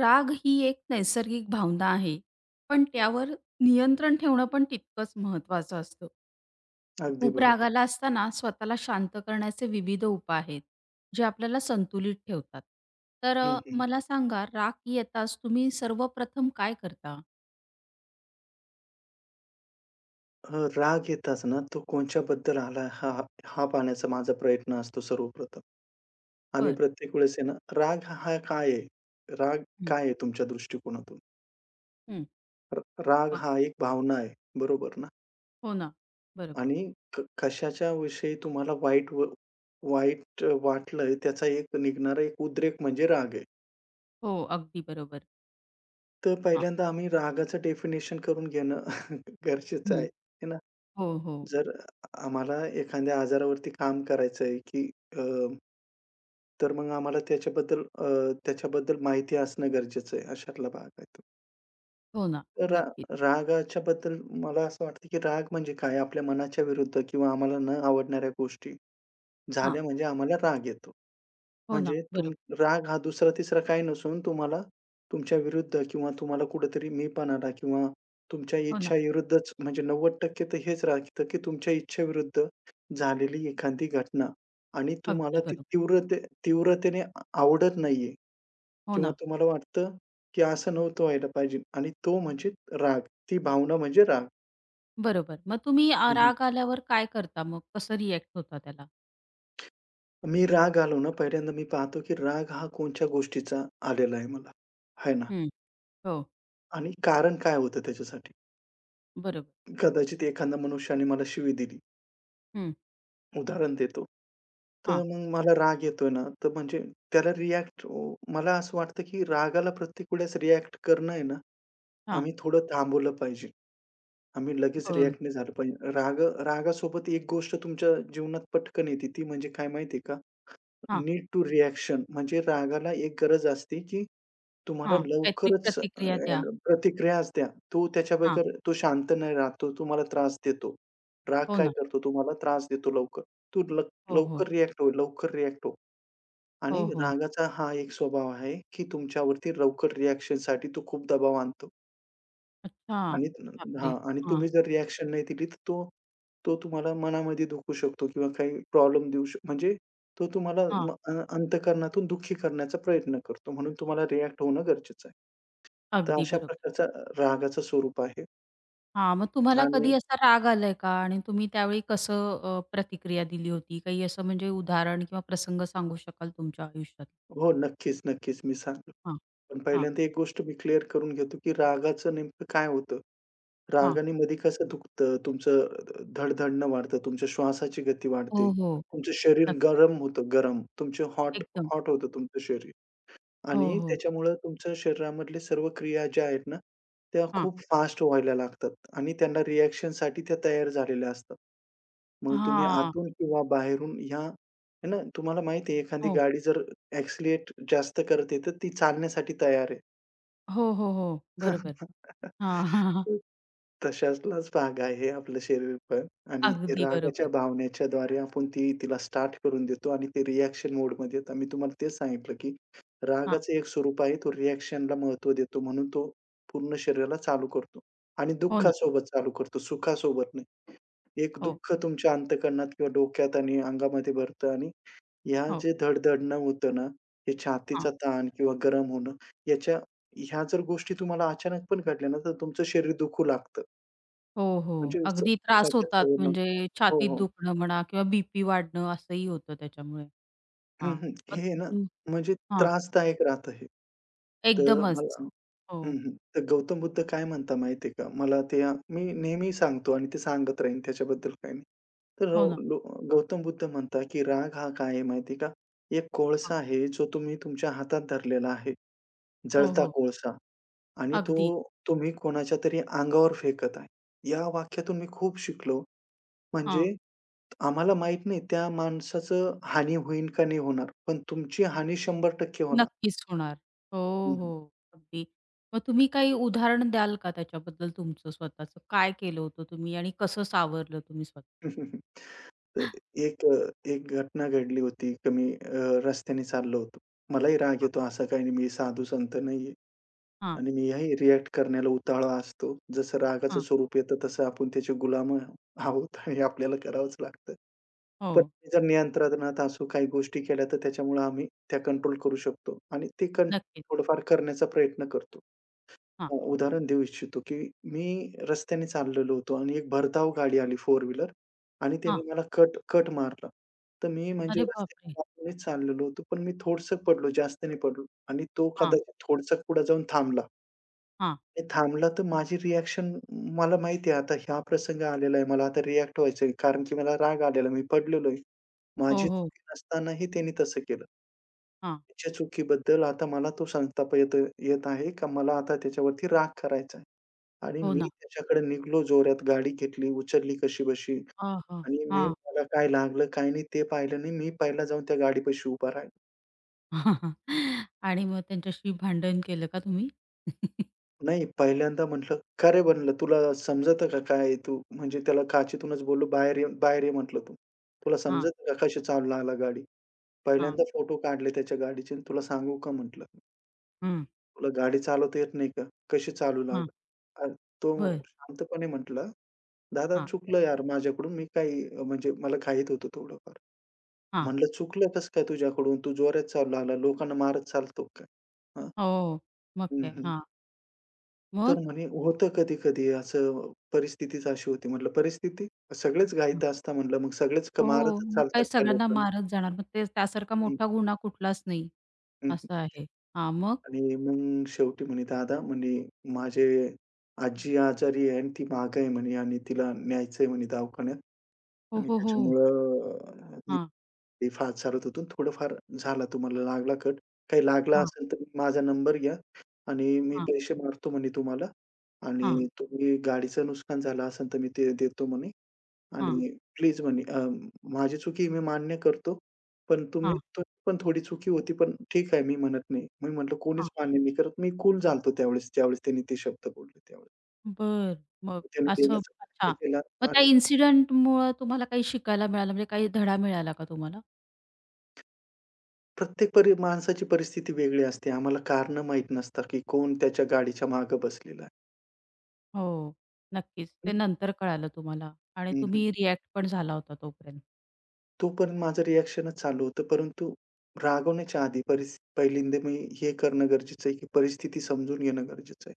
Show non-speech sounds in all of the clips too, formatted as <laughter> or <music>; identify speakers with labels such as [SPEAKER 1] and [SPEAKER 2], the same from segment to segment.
[SPEAKER 1] राग ही एक नैसर्गिक भावना आहे, पण त्यावर नियंत्रण ठेवणं पण तितकंच महत्त्वाचं असतं.
[SPEAKER 2] अगदी
[SPEAKER 1] खूप राग
[SPEAKER 2] बरोबर.
[SPEAKER 1] असताना स्वतःला शांत करण्याचे विविध उपाय आहेत, जे आपल्याला संतुलित ठेवतात. तर
[SPEAKER 2] हं, हं.
[SPEAKER 1] मला सांगा राग येताच तुम्ही सर्वप्रथम काय करता?
[SPEAKER 2] अ, राग येताच ना, तो कोणच्याबद्दल आला हा हा पाहण्याचा माझा प्रयत्न असतो सर्वप्रथम. आम्ही
[SPEAKER 1] बरं.
[SPEAKER 2] प्रत्येक वेळेस आहे ना, राग हा काय आहे? राग
[SPEAKER 1] हं,
[SPEAKER 2] काय आहे तुमच्या दृष्टिकोनातून?
[SPEAKER 1] हं.
[SPEAKER 2] र राग
[SPEAKER 1] अ,
[SPEAKER 2] हा एक भावना आहे, बरोबर ना?
[SPEAKER 1] हो ना. बरोबर.
[SPEAKER 2] आणि कशाच्या विषयी तुम्हाला वाईट वाटलंय त्याचा एक निघणारा एक उद्रेक म्हणजे राग आहे.
[SPEAKER 1] हो, अगदी बरोबर.
[SPEAKER 2] तर
[SPEAKER 1] हां.
[SPEAKER 2] पहिल्यांदा आम्ही रागाचं डेफिनेशन करून घेणं <laughs> गरजेचं
[SPEAKER 1] हं.
[SPEAKER 2] आहे,
[SPEAKER 1] हो, हो.
[SPEAKER 2] जर आम्हाला एखाद्या आजारावरती काम करायचं आहे, अ, तर मग आम्हाला त्याच्याबद्दल माहिती असणं गरजेचं आहे, अशातला भाग आहे तो.
[SPEAKER 1] हो ना.
[SPEAKER 2] तर रा
[SPEAKER 1] नक्कीच.
[SPEAKER 2] रागाच्या बद्दल मला असं वाटतं, की राग म्हणजे काय? आपल्या मनाच्या विरुद्ध किंवा आम्हाला न आवडणाऱ्या गोष्टी
[SPEAKER 1] हां.
[SPEAKER 2] झाल्या म्हणजे आम्हाला राग येतो.
[SPEAKER 1] हो ना.
[SPEAKER 2] म्हणजे तुम
[SPEAKER 1] बरोबर.
[SPEAKER 2] राग हा दुसरा-तिसरा काही नसून तुम्हाला तुमच्या विरुद्ध किंवा तुम्हाला कुठेतरी मीपणाला किंवा तुमच्या
[SPEAKER 1] हो ना.
[SPEAKER 2] इच्छाविरुद्धच म्हणजे 90% तर हेच राहतं, की तुमच्या इच्छेविरुद्ध झालेली एखादी घटना आणि तुम्हाला
[SPEAKER 1] अगदी
[SPEAKER 2] ती
[SPEAKER 1] बरोबर.
[SPEAKER 2] तीव्रते तीव्रतेने आवडत नाहीये
[SPEAKER 1] हो
[SPEAKER 2] किंवा
[SPEAKER 1] ना.
[SPEAKER 2] तुम्हाला वाटतं, की असं नव्हतं व्हायला पाहिजे आणि तो म्हणजे राग. ती भावना म्हणजे राग.
[SPEAKER 1] बरोबर. मग तुम्ही
[SPEAKER 2] हं,
[SPEAKER 1] राग आल्यावर काय करता मग? कसं रिएक्ट होता त्याला?
[SPEAKER 2] मी राग आलो ना, पहिल्यांदा मी पाहतो, की राग हा कोणत्या गोष्टीचा आलेला आहे मला, आहे ना?
[SPEAKER 1] हं. हो.
[SPEAKER 2] आणि कारण काय होतं त्याच्यासाठी?
[SPEAKER 1] बरोबर.
[SPEAKER 2] कदाचित एखाद्या मनुष्याने मला शिवी दिली.
[SPEAKER 1] हं.
[SPEAKER 2] उदाहरण देतो. तर
[SPEAKER 1] हां,
[SPEAKER 2] मग मला राग येतोय ना, तर म्हणजे त्याला रिएक्ट मला असं वाटतं, की रागाला प्रत्येक वेळेस रिएक्ट करणं आहे ना,
[SPEAKER 1] हां.
[SPEAKER 2] आम्ही थोडं थांबवलं पाहिजे. आम्ही लगेच
[SPEAKER 1] बरं.
[SPEAKER 2] रिएक्ट नाही झालं पाहिजे. रागासोबत एक गोष्ट तुमच्या जीवनात पटकन येते. ती म्हणजे काय माहिती का?
[SPEAKER 1] हां,
[SPEAKER 2] नीड टू रिएक्शन म्हणजे रागाला एक गरज असते, की तुम्हाला
[SPEAKER 1] हां. काहीतरी
[SPEAKER 2] लवकरच अ,
[SPEAKER 1] प्रतिक्रिया द्या.
[SPEAKER 2] प्रतिक्रियाच द्या. तो त्याच्या
[SPEAKER 1] हां.
[SPEAKER 2] बगर तो शांत नाही राहत. तो तुम्हाला त्रास देतो. राग
[SPEAKER 1] हो
[SPEAKER 2] काय
[SPEAKER 1] ना.
[SPEAKER 2] करतो? तुम्हाला त्रास देतो लवकर. तो ल
[SPEAKER 1] हो, हो.
[SPEAKER 2] लवकर रिएक्ट हो, लवकर रिएक्ट हो आणि
[SPEAKER 1] हो, हो.
[SPEAKER 2] रागाचा हा एक स्वभाव आहे, की तुमच्यावरती लवकर रिएक्शनसाठी तो खूप दबाव आणतो.
[SPEAKER 1] अच्छा.
[SPEAKER 2] आणि हां
[SPEAKER 1] बापरे!
[SPEAKER 2] आणि
[SPEAKER 1] हां,
[SPEAKER 2] तुम्ही जर रिएक्शन नाही दिली, तर तो तो तुम्हाला मनामध्ये दुखवू शकतो किंवा काही प्रॉब्लेम देऊ शक म्हणजे तो तुम्हाला
[SPEAKER 1] हां.
[SPEAKER 2] अंतःकरणातून दुःखी करण्याचा प्रयत्न करतो. म्हणून तुम्हाला रिएक्ट होणं गरजेचं आहे. तर
[SPEAKER 1] अगदी
[SPEAKER 2] अशा
[SPEAKER 1] बरोबर.
[SPEAKER 2] प्रकारचा रागाचं स्वरूप आहे.
[SPEAKER 1] हां, मग तुम्हाला
[SPEAKER 2] आणि
[SPEAKER 1] कधी असा राग आलाय का? आणि तुम्ही त्यावेळी कसं प्रतिक्रिया दिली होती? काही असं म्हणजे उदाहरण किंवा प्रसंग सांगू शकाल तुमच्या आयुष्यात?
[SPEAKER 2] हो, नक्कीच, नक्कीच मी सांगतो.
[SPEAKER 1] हां,
[SPEAKER 2] पण
[SPEAKER 1] हां,
[SPEAKER 2] पहिल्यांदा एक गोष्ट मी क्लिअर करून घेतो, की रागाचं नेमकं काय होतं?
[SPEAKER 1] हां.
[SPEAKER 2] रागाने मध्ये कसं दुखतं, धडधडणं वाढतं, तुमच्या श्वासाची गती वाढते,
[SPEAKER 1] हो, हो.
[SPEAKER 2] तुमचं शरीर
[SPEAKER 1] नक्की.
[SPEAKER 2] गरम होतं, गरम. तुमचे हॉट
[SPEAKER 1] एकदम.
[SPEAKER 2] हॉट होतं तुमचं शरीर
[SPEAKER 1] हो,
[SPEAKER 2] आणि
[SPEAKER 1] हो.
[SPEAKER 2] त्याच्यामुळं तुमच्या शरीरामधले सर्व क्रिया ज्या आहेत ना, त्या
[SPEAKER 1] हां.
[SPEAKER 2] खूप फास्ट व्हायला लागतात आणि त्यांना रिएक्शनसाठी त्या तयार झालेल्या असतात. मग तुम्ही
[SPEAKER 1] हां.
[SPEAKER 2] आतून किंवा बाहेरून ह्या आहे ना, तुम्हाला माहिती आहे एखादी
[SPEAKER 1] हो.
[SPEAKER 2] गाडी जर ॲक्सिलेट जास्त करते, तर ती चालण्यासाठी तयार आहे.
[SPEAKER 1] हो, हो, हो. बरोबर. हां, <laughs> हां, हां.
[SPEAKER 2] तशातलाच भाग आहे आपलं शरीर पण आणि
[SPEAKER 1] अगदी
[SPEAKER 2] रागाच्या
[SPEAKER 1] बरोबर.
[SPEAKER 2] भावनेच्या द्वारे आपण ती तिला स्टार्ट करून देतो आणि ते रिएक्शन मोडमध्ये येतं. मी तुम्हाला तेच सांगितलं, की
[SPEAKER 1] हां.
[SPEAKER 2] रागाचं एक स्वरूप आहे. तो रिएक्शनला महत्त्व देतो म्हणून तो पूर्ण शरीराला चालू करतो आणि
[SPEAKER 1] हो ना.
[SPEAKER 2] दुःखासोबत चालू करतो, सुखासोबत नाही. एक
[SPEAKER 1] हो,
[SPEAKER 2] दुःख तुमच्या अंतःकरणात किंवा डोक्यात आणि अंगामध्ये भरतं आणि या
[SPEAKER 1] हो.
[SPEAKER 2] जे धडधडणं होतं ना, हे छातीचा
[SPEAKER 1] हां.
[SPEAKER 2] ताण किंवा गरम होणं, याच्या ह्या जर गोष्टी तुम्हाला अचानक पण घडल्या ना, तर तुमचं शरीर दुखू लागतं.
[SPEAKER 1] हो, हो.
[SPEAKER 2] म्हणजे असं
[SPEAKER 1] अगदी त्रास
[SPEAKER 2] दुखाच्या
[SPEAKER 1] होतात
[SPEAKER 2] सवयीनं
[SPEAKER 1] म्हणजे
[SPEAKER 2] हो,
[SPEAKER 1] छातीत
[SPEAKER 2] हो.
[SPEAKER 1] दुखणं म्हणा किंवा बीपी वाढणं असंही होतं त्याच्यामुळे.
[SPEAKER 2] हं,
[SPEAKER 1] हां.
[SPEAKER 2] हं.
[SPEAKER 1] मग
[SPEAKER 2] हे आहे ना,
[SPEAKER 1] हं,
[SPEAKER 2] म्हणजे
[SPEAKER 1] हां.
[SPEAKER 2] त्रासदायक राहतं हे. तर
[SPEAKER 1] एकदमच.
[SPEAKER 2] मला
[SPEAKER 1] हो.
[SPEAKER 2] हं, हं. तर गौतम बुद्ध काय म्हणता माहिती का? मला ते मी नेहमी सांगतो आणि ते सांगत राहीन त्याच्याबद्दल काही नाही. तर रो
[SPEAKER 1] हो ना.
[SPEAKER 2] लो गौतम बुद्ध म्हणतात, की राग हा काय आहे माहिती का? एक कोळसा
[SPEAKER 1] हां.
[SPEAKER 2] आहे, जो तुम्ही तुमच्या हातात धरलेला आहे,
[SPEAKER 1] हो,
[SPEAKER 2] जळता
[SPEAKER 1] हो.
[SPEAKER 2] कोळसा. आणि तो
[SPEAKER 1] अगदी.
[SPEAKER 2] तुम्ही कोणाच्या तरी अंगावर फेकत आहे. या वाक्यातून मी खूप शिकलो.
[SPEAKER 1] हां.
[SPEAKER 2] म्हणजे आम्हाला माहीत नाही त्या माणसाचं हानी होईल का नाही होणार, पण तुमची हानी 100% होणार.
[SPEAKER 1] नक्कीच होणार. हो,
[SPEAKER 2] हं,
[SPEAKER 1] हो. अगदी. मग तुम्ही काही उदाहरण द्याल का त्याच्याबद्दल तुमचं स्वतःचं? काय केलं होतं तुम्ही आणि कसं सावरलं तुम्ही स्वतः?
[SPEAKER 2] <laughs> तर एक अ, एक घटना घडली होती, रस्त्याने चाललो होतो. मलाही राग
[SPEAKER 1] हां,
[SPEAKER 2] येतो, असं काही नाही मी साधू संत नाहीये.
[SPEAKER 1] हां,
[SPEAKER 2] आणि मीही रिएक्ट करण्याला उतावळा असतो. जसं रागाचं
[SPEAKER 1] हां.
[SPEAKER 2] स्वरूप येतं तसं आपण त्याचे गुलाम आहोत हे आपल्याला करावंच लागतं. पण
[SPEAKER 1] हो.
[SPEAKER 2] जर नियंत्रणात असू काही गोष्टी केल्या तर त्याच्यामुळे आम्ही त्या कंट्रोल करू शकतो आणि ते कंट्रोल
[SPEAKER 1] नक्कीच.
[SPEAKER 2] थोडंफार करण्याचा प्रयत्न करतो.
[SPEAKER 1] हां,
[SPEAKER 2] उदाहरण देऊ इच्छितो, की मी रस्त्याने चाललेलो होतो आणि एक भरधाव गाडी आली फोर व्हीलर आणि त्याने
[SPEAKER 1] हां.
[SPEAKER 2] मला कट कट मारला. तर मी म्हणजे
[SPEAKER 1] अरे बापरे!
[SPEAKER 2] रस्त्याने चाललेलो होतो, पण मी थोडसं पडलो, जास्त नाही पडलो आणि तो
[SPEAKER 1] हां,
[SPEAKER 2] कदाचित थोडसं पुढे जाऊन थांबला.
[SPEAKER 1] हां.
[SPEAKER 2] मी थांबला तर माझी रिएक्शन मला माहिती आहे आता हा प्रसंग आलेला आहे. मला आता रिएक्ट व्हायचंय कारण की मला राग आलेला आहे. मी पडलेलो आहे.
[SPEAKER 1] हो,
[SPEAKER 2] माझी
[SPEAKER 1] हो.
[SPEAKER 2] चुकी नसतानाही त्याने तसं केलं.
[SPEAKER 1] हां.
[SPEAKER 2] त्याच्या चुकीबद्दल आता मला तो संताप येत येत आहे का मला आता त्याच्यावरती राग करायचा आहे. आणि
[SPEAKER 1] हो
[SPEAKER 2] मी
[SPEAKER 1] ना.
[SPEAKER 2] त्याच्याकडे निघालो जोरात गाडी घेतली, उचलली कशीबशी
[SPEAKER 1] हां, हां,
[SPEAKER 2] आणि
[SPEAKER 1] हां.
[SPEAKER 2] मला काय लागलं, काय नाही ते पाहिलं नाही. मी पहिला जाऊन त्या गाडीपाशी उभा राहिलो.
[SPEAKER 1] <laughs> आणि मग त्यांच्याशी भांडण केलं का तुम्ही? <laughs>
[SPEAKER 2] नाही, पहिल्यांदा म्हटलं, "का रे?" म्हणलं, "तुला समजतं का काय? आहे तू" म्हणजे त्याला काचेतूनच बोललो, "बाहेर ये, बाहेर ये," म्हटलं, "तू. तुला
[SPEAKER 1] हां,
[SPEAKER 2] समजतं का कशी चालवू लागला गाडी?"
[SPEAKER 1] हां.
[SPEAKER 2] पहिल्यांदा फोटो काढले त्याच्या गाडीचे आणि "तुला सांगू का?" म्हटलं,
[SPEAKER 1] हं.
[SPEAKER 2] "तुला गाडी चालवता येत नाही का? कशी चालवू
[SPEAKER 1] हां.
[SPEAKER 2] लागला?" तो
[SPEAKER 1] बरं.
[SPEAKER 2] शांतपणे म्हटला, "दादा
[SPEAKER 1] हां,
[SPEAKER 2] चुकलं यार माझ्याकडून. मी काही अ, म्हणजे मला घाईत होतं थोडंफार."
[SPEAKER 1] हां.
[SPEAKER 2] म्हटलं, "चुकलं कसं काय तुझ्याकडून? तू जोरात चालू लागला. लोकांना मारत चालतो काय? हां."
[SPEAKER 1] हो. मग
[SPEAKER 2] हं,
[SPEAKER 1] काय?
[SPEAKER 2] हं.
[SPEAKER 1] हां.
[SPEAKER 2] तर
[SPEAKER 1] मग?
[SPEAKER 2] म्हणे होतं कधी-कधी असं परिस्थितीच अशी होती. म्हटलं परिस्थिती? सगळेच घाईत असता म्हटलं, मग सगळेच
[SPEAKER 1] हो. हो.
[SPEAKER 2] मारतच
[SPEAKER 1] मग
[SPEAKER 2] चालतात
[SPEAKER 1] काय
[SPEAKER 2] का
[SPEAKER 1] सगळ्यांना
[SPEAKER 2] लोकांना?
[SPEAKER 1] मारत जाणार. मग ते त्यासारखा मोठा गुन्हा कुठलाच नाही.
[SPEAKER 2] हं, हं.
[SPEAKER 1] असं आहे. हां, मग?
[SPEAKER 2] आणि मग शेवटी म्हणे दादा म्हणे माझे आजी आजारी आहे आणि ती मागं आहे म्हणे आणि तिला न्यायचंय म्हणे दवाखान्यात
[SPEAKER 1] हो,
[SPEAKER 2] आणि
[SPEAKER 1] हो, हो.
[SPEAKER 2] मी ते फार चालत होतो. थोडंफार झाला तुम्हाला लागला कट. काही लागला
[SPEAKER 1] हां,
[SPEAKER 2] असेल तर माझा नंबर घ्या आणि मी
[SPEAKER 1] हां,
[SPEAKER 2] पैसे मारतो म्हणे तुम्हाला
[SPEAKER 1] हां,
[SPEAKER 2] आणि तुम्ही गाडीचं नुकसान झालं असेल तर मी ते देतो म्हणे
[SPEAKER 1] हां,
[SPEAKER 2] आणि प्लीज म्हणे अ, माझी चुकी मी मान्य करतो. पण तुम्ही
[SPEAKER 1] हां,
[SPEAKER 2] तुमची पण थोडी चुकी होती, पण ठीक आहे मी म्हणत नाही. मी म्हटलं कोणीच
[SPEAKER 1] हां.
[SPEAKER 2] मान्य नाही करत. मी कूल झालतो त्यावेळेस, ज्यावेळेस त्यांनी ते शब्द बोलले त्यावेळेस.
[SPEAKER 1] बरं. मग
[SPEAKER 2] त्याने
[SPEAKER 1] असं
[SPEAKER 2] देण्याचा
[SPEAKER 1] अच्छा.
[SPEAKER 2] प्रयत्न केला
[SPEAKER 1] मग त्या
[SPEAKER 2] आणि
[SPEAKER 1] इन्सिडेंटमुळं तुम्हाला काही शिकायला मिळालं म्हणजे काही धडा मिळाला का तुम्हाला?
[SPEAKER 2] प्रत्येक परी माणसाची परिस्थिती वेगळी असते. आम्हाला कारणं माहीत नसतात, की कोण त्याच्या गाडीच्या मागे बसलेला आहे.
[SPEAKER 1] हो. नक्कीच. ते
[SPEAKER 2] हं,
[SPEAKER 1] नंतर कळालं तुम्हाला आणि
[SPEAKER 2] हं, हं.
[SPEAKER 1] तुम्ही रिएक्ट पण झाला होता तोपर्यंत.
[SPEAKER 2] तोपर्यंत माझं रिएक्शनच चालू होतं. परंतु रागवण्याच्या आधी परिस पहिल्यांदा मी हे करणं गरजेचं आहे, की परिस्थिती समजून घेणं गरजेचं आहे.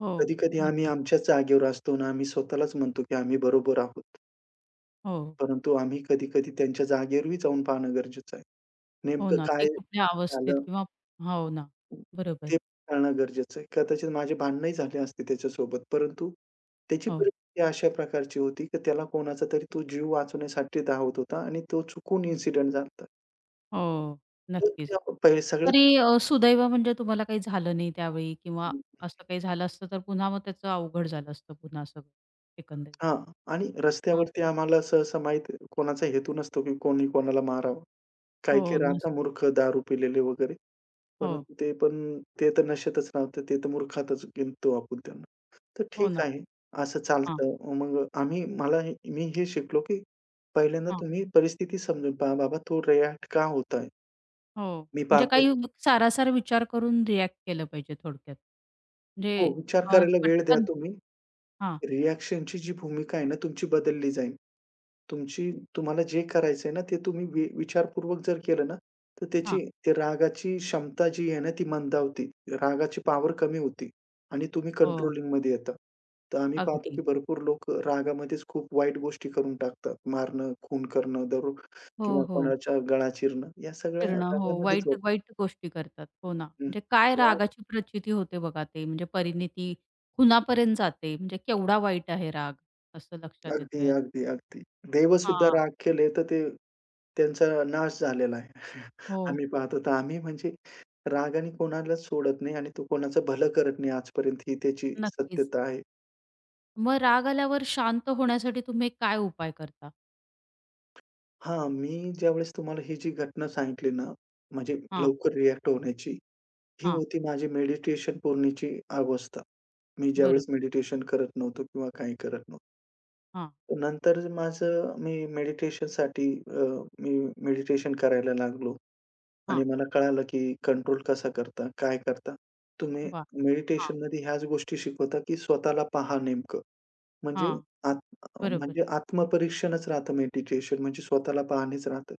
[SPEAKER 1] हो.
[SPEAKER 2] कधी-कधी आम्ही
[SPEAKER 1] नक्कीच.
[SPEAKER 2] आमच्याच जागेवर असतो आणि आम्ही स्वतःलाच म्हणतो, की आम्ही बरोबर आहोत.
[SPEAKER 1] हो.
[SPEAKER 2] परंतु आम्ही कधी-कधी त्यांच्या जागेवरही जाऊन पाहणं गरजेचं आहे.
[SPEAKER 1] हो
[SPEAKER 2] नेमकं
[SPEAKER 1] ना.
[SPEAKER 2] काय
[SPEAKER 1] ते कुठल्या अवस्थेत
[SPEAKER 2] झालं
[SPEAKER 1] किंवा हो ना. बरोबर.
[SPEAKER 2] ते कळणं गरजेचं आहे. कदाचित माझे भांडणंही झाले असते त्याच्यासोबत. परंतु त्याची
[SPEAKER 1] हो.
[SPEAKER 2] परिस्थिती अशा प्रकारची होती, की त्याला कोणाचा तरी तो जीव वाचवण्यासाठी धावत होता आणि तो चुकून इन्सिडेंट झाला होता.
[SPEAKER 1] हो.
[SPEAKER 2] तर
[SPEAKER 1] नक्कीच.
[SPEAKER 2] त्या पहिले सगळ्यात
[SPEAKER 1] अरे, सुदैव म्हणजे तुम्हाला काही झालं नाही त्यावेळी किंवा असं काही झालं असतं तर पुन्हा मग त्याचं अवघड झालं असतं पुन्हा सगळं एकंदरीत.
[SPEAKER 2] हां. आणि
[SPEAKER 1] हां.
[SPEAKER 2] रस्त्यावरती आम्हाला सहसा माहीत कोणाचा हेतू नसतो, की कोणी कोणाला मारावं.
[SPEAKER 1] हो.
[SPEAKER 2] काही-काही
[SPEAKER 1] नस
[SPEAKER 2] राहता मूर्ख दारू पिलेले वगैरे.
[SPEAKER 1] हो.
[SPEAKER 2] परंतु ते पण ते तर नशेतच राहतं. ते तर मूर्खातच गिनतो आपण त्यांना. तर
[SPEAKER 1] हो
[SPEAKER 2] ठीक
[SPEAKER 1] ना.
[SPEAKER 2] आहे, असं
[SPEAKER 1] हां.
[SPEAKER 2] चालतं. मग आम्ही मला हे मी हे शिकलो, की पहिल्यांदा तुम्ही परिस्थिती समजून पहा. बाबा तो रिएक्ट का होत आहे?
[SPEAKER 1] हो,
[SPEAKER 2] मी
[SPEAKER 1] म्हणजे
[SPEAKER 2] पाहतोय
[SPEAKER 1] काही सारासार विचार करून रिएक्ट केलं पाहिजे थोडक्यात. म्हणजे
[SPEAKER 2] हो, विचार करायला वेळ द्या
[SPEAKER 1] पटकन
[SPEAKER 2] तुम्ही.
[SPEAKER 1] हां,
[SPEAKER 2] रिएक्शनची जी भूमिका आहे ना, तुमची बदलली जाईल. तुमची तुम्हाला जे करायचंय ना, ते तुम्ही विचारपूर्वक जर केलं ना, तर त्याची
[SPEAKER 1] हां.
[SPEAKER 2] ते रागाची क्षमता जी आहे ना, ती मंदावते. रागाची पॉवर कमी होते आणि तुम्ही
[SPEAKER 1] हो,
[SPEAKER 2] कंट्रोलिंगमध्ये येता. तर आम्ही पाहतो
[SPEAKER 1] अगदी.
[SPEAKER 2] की भरपूर लोकं रागामध्येच खूप वाईट गोष्टी करून टाकतात. मारणं, खून करणं,
[SPEAKER 1] हो,
[SPEAKER 2] किंवा
[SPEAKER 1] हो.
[SPEAKER 2] कोणाचा गळा चिरणं, या सगळ्या
[SPEAKER 1] फिरणं हो,
[SPEAKER 2] रागामध्येच
[SPEAKER 1] वाईट
[SPEAKER 2] होतं.
[SPEAKER 1] वाईट गोष्टी करतात. हो ना. म्हणजे काय
[SPEAKER 2] हं.
[SPEAKER 1] रागाची प्रचिती होते बघा ते म्हणजे परिणिती खुनापर्यंत जाते. म्हणजे केवढा वाईट आहे राग असं लक्षात येतं
[SPEAKER 2] अगदी,
[SPEAKER 1] यात.
[SPEAKER 2] अगदी, अगदी. देवसुद्धा
[SPEAKER 1] हां.
[SPEAKER 2] राग केले तर ते त्यांचा नाश झालेला आहे. <laughs>
[SPEAKER 1] हो,
[SPEAKER 2] आम्ही पाहतो तर आम्ही म्हणजे रागाने कोणालाच सोडत नाही आणि तो कोणाचं भलं करत नाही आजपर्यंत ही त्याची
[SPEAKER 1] नक्कीच.
[SPEAKER 2] सत्यता आहे.
[SPEAKER 1] मग राग आल्यावर शांत होण्यासाठी तुम्ही काय उपाय करता?
[SPEAKER 2] हां, मी ज्यावेळेस तुम्हाला ही जी घटना सांगितली ना, म्हणजे
[SPEAKER 1] हां,
[SPEAKER 2] लवकर रिएक्ट होण्याची, ही
[SPEAKER 1] हां.
[SPEAKER 2] होती माझी मेडिटेशन पूर्णीची अवस्था. मी
[SPEAKER 1] बरोबर.
[SPEAKER 2] ज्यावेळेस मेडिटेशन करत नव्हतो किंवा काही करत नव्हतो.
[SPEAKER 1] हां,
[SPEAKER 2] नंतर माझं मी मेडिटेशनसाठी अ, मी मेडिटेशन करायला लागलो. आणि
[SPEAKER 1] हां.
[SPEAKER 2] मला कळालं, की कंट्रोल कसा करता, काय करता. तुम्ही
[SPEAKER 1] वाह! हां,
[SPEAKER 2] मेडिटेशनमध्ये ह्याच गोष्टी शिकवता, की स्वतःला पहा नेमकं. म्हणजे
[SPEAKER 1] हां.
[SPEAKER 2] आत
[SPEAKER 1] बरोबर.
[SPEAKER 2] म्हणजे आत्मपरीक्षणच राहतं मेडिटेशन म्हणजे स्वतःला पाहणेच राहतं.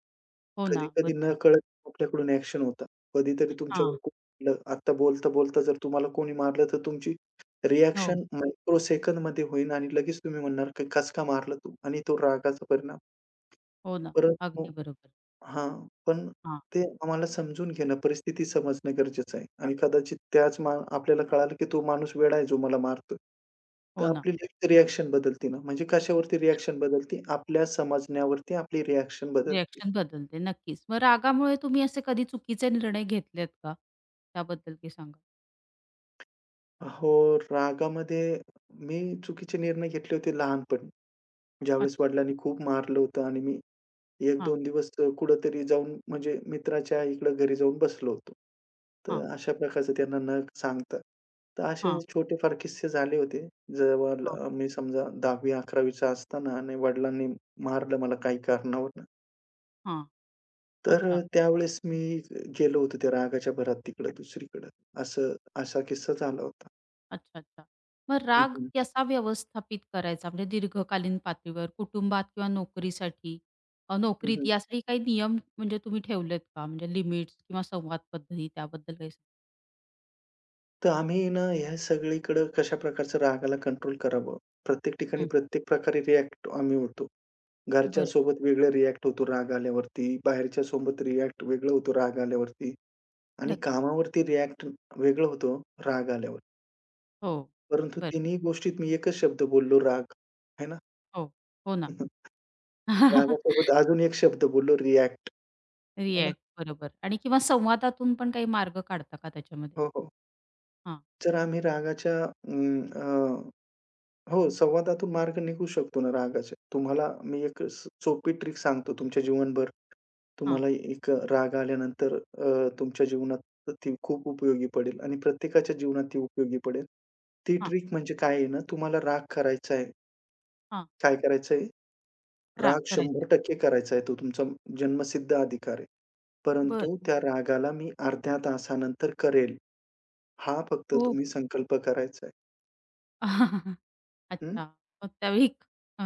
[SPEAKER 1] हो ना,
[SPEAKER 2] कधी-कधी
[SPEAKER 1] बरोबर.
[SPEAKER 2] नकळत आपल्याकडून ॲक्शन होतात. कधीतरी तुमच्यावर
[SPEAKER 1] हां.
[SPEAKER 2] कुठलं आता बोलता-बोलता जर तुम्हाला कोणी मारलं, तर तुमची
[SPEAKER 1] हो,
[SPEAKER 2] रिएक्शन मायक्रो सेकंदमध्ये होईल आणि लगेच तुम्ही म्हणणार, की "कस मारलं तू?" आणि तो रागाचा परिणाम.
[SPEAKER 1] हो ना.
[SPEAKER 2] परंतु
[SPEAKER 1] अगदी बरोबर.
[SPEAKER 2] हां, पण
[SPEAKER 1] हां,
[SPEAKER 2] ते आम्हाला समजून घेणं, परिस्थिती समजणं गरजेचं आहे आणि कदाचित त्याच मा आपल्याला कळालं, की तो माणूस वेडा आहे जो मला मारतोय. तर
[SPEAKER 1] हो ना.
[SPEAKER 2] आपली लगेच रिएक्शन बदलते ना, म्हणजे कशावरती रिएक्शन बदलते? आपल्या समजण्यावरती आपली रिएक्शन बदलते.
[SPEAKER 1] रिएक्शन बदलते नक्कीच. मग रागामुळे तुम्ही असे कधी चुकीचे निर्णय घेतलेत का? त्याबद्दल काही सांगा?
[SPEAKER 2] हो, रागामध्ये मी चुकीचे निर्णय घेतले होते लहानपणी. ज्यावेळेस
[SPEAKER 1] अच्छा.
[SPEAKER 2] वडिलांनी खूप मारलं होतं आणि मी एक
[SPEAKER 1] हां,
[SPEAKER 2] दोन कुठेतरी जाऊन म्हणजे मित्राच्या इकडं घरी जाऊन बसलो होतो. तर
[SPEAKER 1] हां,
[SPEAKER 2] अशा प्रकारचं त्यांना न सांगता. तर असे
[SPEAKER 1] हां,
[SPEAKER 2] छोटेफार किस्से झाले होते. जेव्हा
[SPEAKER 1] हां,
[SPEAKER 2] मी समजा 10वी-11वी चा असताना आणि वडिलांनी मारलं मला काही कारणावरून.
[SPEAKER 1] हां. अच्छा,
[SPEAKER 2] त्यावेळेस मी गेलो होतो त्या रागाच्या भरात तिकडं दुसरीकडं. असं असा किस्सा झाला होता.
[SPEAKER 1] अच्छा, अच्छा. मग
[SPEAKER 2] हं,
[SPEAKER 1] राग
[SPEAKER 2] हं.
[SPEAKER 1] कसा व्यवस्थापित करायचा? म्हणजे दीर्घकालीन पातळीवर कुटुंबात किंवा नोकरीत
[SPEAKER 2] हं,
[SPEAKER 1] यासाठी काही नियम म्हणजे तुम्ही ठेवलेत का? म्हणजे लिमिट्स किंवा संवाद पद्धती त्याबद्दल काही सांगा?
[SPEAKER 2] तर आम्ही ना ह्या सगळीकडं कशा प्रकारचं रागाला कंट्रोल करावं. प्रत्येक ठिकाणी
[SPEAKER 1] हं.
[SPEAKER 2] प्रत्येक प्रकारे रिएक्ट आम्ही होतो.
[SPEAKER 1] बरं.
[SPEAKER 2] घरच्यांसोबत वेगळं रिएक्ट होतो राग आल्यावरती, बाहेरच्यासोबत रिएक्ट वेगळं होतो राग आल्यावरती आणि
[SPEAKER 1] नक्की.
[SPEAKER 2] कामावरती रिएक्ट वेगळं होतं राग आल्यावर.
[SPEAKER 1] हो.
[SPEAKER 2] परंतु
[SPEAKER 1] बरं.
[SPEAKER 2] तिन्ही गोष्टीत मी एकच शब्द बोललो राग, आहे ना?
[SPEAKER 1] हो. हो ना.
[SPEAKER 2] <laughs>
[SPEAKER 1] <laughs>
[SPEAKER 2] रागासोबत अजून एक शब्द बोललो रिएक्ट, आहे ना?
[SPEAKER 1] रिॲक्ट बरोबर आणि किंवा संवादातून पण काही मार्ग काढता का त्याच्यामध्ये?
[SPEAKER 2] हो, हो.
[SPEAKER 1] हां,
[SPEAKER 2] जर आम्ही रागाच्या अं, अ, हो, संवादातून मार्ग निघू शकतो ना रागाच्या. तुम्हाला मी एक सोपी ट्रिक सांगतो तुमच्या जीवनभर
[SPEAKER 1] हां,
[SPEAKER 2] तुम्हाला एक राग आल्यानंतर अ, तुमच्या जीवनात तर ती खूप उपयोगी पडेल आणि प्रत्येकाच्या जीवनात ती उपयोगी पडेल. ती
[SPEAKER 1] हां,
[SPEAKER 2] ट्रिक म्हणजे काय आहे ना, तुम्हाला राग करायचा आहे.
[SPEAKER 1] हां.
[SPEAKER 2] काय करायचं आहे?
[SPEAKER 1] राग
[SPEAKER 2] राग
[SPEAKER 1] करायचा.
[SPEAKER 2] 100% करायचा आहे. तो तुमचा जन्मसिद्ध अधिकार आहे.
[SPEAKER 1] बरं.
[SPEAKER 2] परंतु त्या रागाला मी अर्ध्या तासानंतर करेल, हा फक्त
[SPEAKER 1] हो.
[SPEAKER 2] तुम्ही संकल्प करायचा आहे.
[SPEAKER 1] <laughs> अच्छा. मग त्यावेळी अ,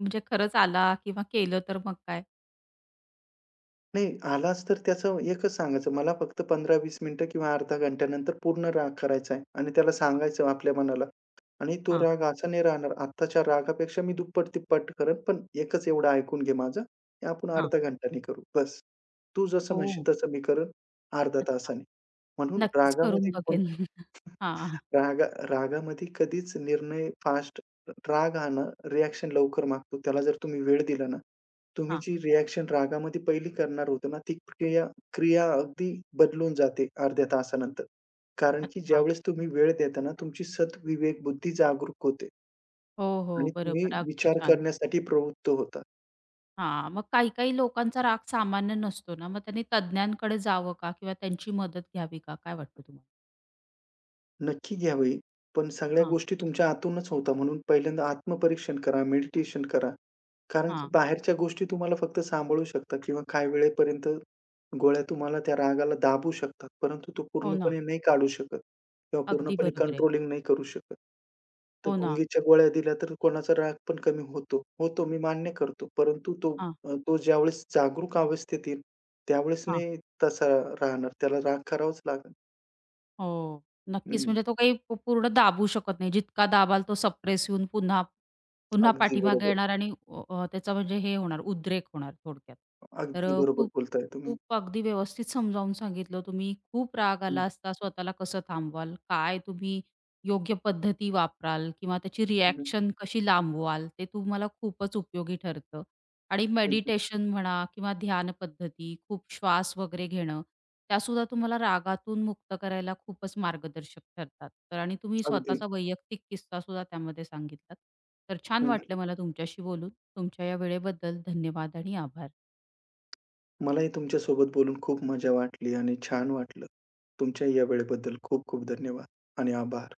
[SPEAKER 1] म्हणजे खरंच आला किंवा केलं तर मग काय?
[SPEAKER 2] नाही, आलाच तर त्याचं एकच सांगायचं, मला फक्त 15-20 मिनिटं किंवा अर्धा घंट्यानंतर पूर्ण राग करायचा आहे आणि त्याला सांगायचं आपल्या मनाला आणि तो
[SPEAKER 1] हां,
[SPEAKER 2] राग असा नाही राहणार. आत्ताच्या रागापेक्षा मी दुप्पट-तिप्पट करेन, पण एकच एवढं ऐकून घे माझं, की आपण
[SPEAKER 1] हां.
[SPEAKER 2] अर्धा घंट्याने करू बस. तू जसं
[SPEAKER 1] हो.
[SPEAKER 2] म्हणशील तसं मी करेन अर्ध्या
[SPEAKER 1] अच्छा.
[SPEAKER 2] तासाने. म्हणून
[SPEAKER 1] नक्कीच करून
[SPEAKER 2] रागामध्ये
[SPEAKER 1] बघेन.
[SPEAKER 2] कोणते
[SPEAKER 1] <laughs> हां,
[SPEAKER 2] रागा रागामध्ये कधीच निर्णय फास्ट. राग हा ना रिएक्शन लवकर मागतो. त्याला जर तुम्ही वेळ दिला ना, तुम्ही
[SPEAKER 1] हां.
[SPEAKER 2] जी रिएक्शन रागामध्ये पहिली करणार होते ना, ती क्रिया क्रिया अगदी बदलून जाते अर्ध्या तासानंतर. कारण की
[SPEAKER 1] अच्छा.
[SPEAKER 2] ज्यावेळेस तुम्ही वेळ देता ना, तुमची सद्विवेक बुद्धी जागरूक होते
[SPEAKER 1] हो, हो.
[SPEAKER 2] आणि तुम्ही
[SPEAKER 1] बरोबर. अगदी
[SPEAKER 2] विचार
[SPEAKER 1] छान.
[SPEAKER 2] करण्यासाठी प्रवृत्त होता.
[SPEAKER 1] हां, मग काही-काही लोकांचा राग सामान्य नसतो ना, मग त्यांनी तज्ञांकडे जावं का किंवा त्यांची मदत घ्यावी का? काय वाटतं तुम्हाला?
[SPEAKER 2] नक्की घ्यावी. पण सगळ्या
[SPEAKER 1] हां,
[SPEAKER 2] गोष्टी तुमच्या आतूनच होता, म्हणून पहिल्यांदा आत्मपरीक्षण करा, मेडिटेशन करा. कारण की
[SPEAKER 1] हां.
[SPEAKER 2] बाहेरच्या गोष्टी तुम्हाला फक्त सांभाळू शकतात किंवा काही वेळेपर्यंत गोळ्या तुम्हाला त्या रागाला दाबू शकतात. परंतु तो
[SPEAKER 1] हो ना.
[SPEAKER 2] पूर्णपणे नाही काढू शकत किंवा
[SPEAKER 1] अगदी
[SPEAKER 2] पूर्णपणे
[SPEAKER 1] बरोबर आहे.
[SPEAKER 2] कंट्रोलिंग नाही करू शकत. तर
[SPEAKER 1] हो ना.
[SPEAKER 2] गुंगीच्या गोळ्या दिल्या तर कोणाचा राग पण कमी होतो. होतो मी मान्य करतो.
[SPEAKER 1] हां,
[SPEAKER 2] तो ज्यावेळेस जागरूक अवस्थेत येईल त्यावेळेस
[SPEAKER 1] हां.
[SPEAKER 2] नाही तसा राहणार. त्याला राग करावाच लागेल.
[SPEAKER 1] हो. नक्कीच
[SPEAKER 2] हं,
[SPEAKER 1] म्हणजे तो काही पूर्ण दाबू शकत नाही. जितका दाबाल तो सप्रेस येऊन पुन्हा पुन्हा
[SPEAKER 2] अगदी
[SPEAKER 1] पाठीमागे
[SPEAKER 2] बरोबर.
[SPEAKER 1] येणार आणि अ, अ, त्याचा म्हणजे हे होणार, उद्रेक होणार थोडक्यात. तर
[SPEAKER 2] अगदी बरोबर
[SPEAKER 1] खूप
[SPEAKER 2] बोलताय तुम्ही.
[SPEAKER 1] खूप अगदी व्यवस्थित समजावून सांगितलं तुम्ही. खूप राग
[SPEAKER 2] हं,
[SPEAKER 1] आला असता स्वतःला कसं थांबवाल? काय तुम्ही योग्य पद्धती वापराल किंवा त्याची
[SPEAKER 2] हं,
[SPEAKER 1] रिएक्शन कशी लांबवाल? ते तुम्हाला खूपच उपयोगी ठरतं. आणि
[SPEAKER 2] हं, हं.
[SPEAKER 1] मेडिटेशन म्हणा किंवा ध्यान पद्धती, खूप श्वास वगैरे घेणं, त्यासुद्धा तुम्हाला रागातून मुक्त करायला खूपच मार्गदर्शक ठरतात. तर आणि तुम्ही
[SPEAKER 2] अगदी.
[SPEAKER 1] स्वतःचा वैयक्तिक किस्सासुद्धा त्यामध्ये सांगितलात. तर छान
[SPEAKER 2] हं, हं.
[SPEAKER 1] वाटलं मला तुमच्याशी बोलून. तुमच्या या वेळेबद्दल धन्यवाद आणि आभार.
[SPEAKER 2] मलाही तुमच्यासोबत बोलून खूप मजा वाटली आणि छान वाटलं. तुमच्या या वेळेबद्दल खूप खूप धन्यवाद आणि आभार.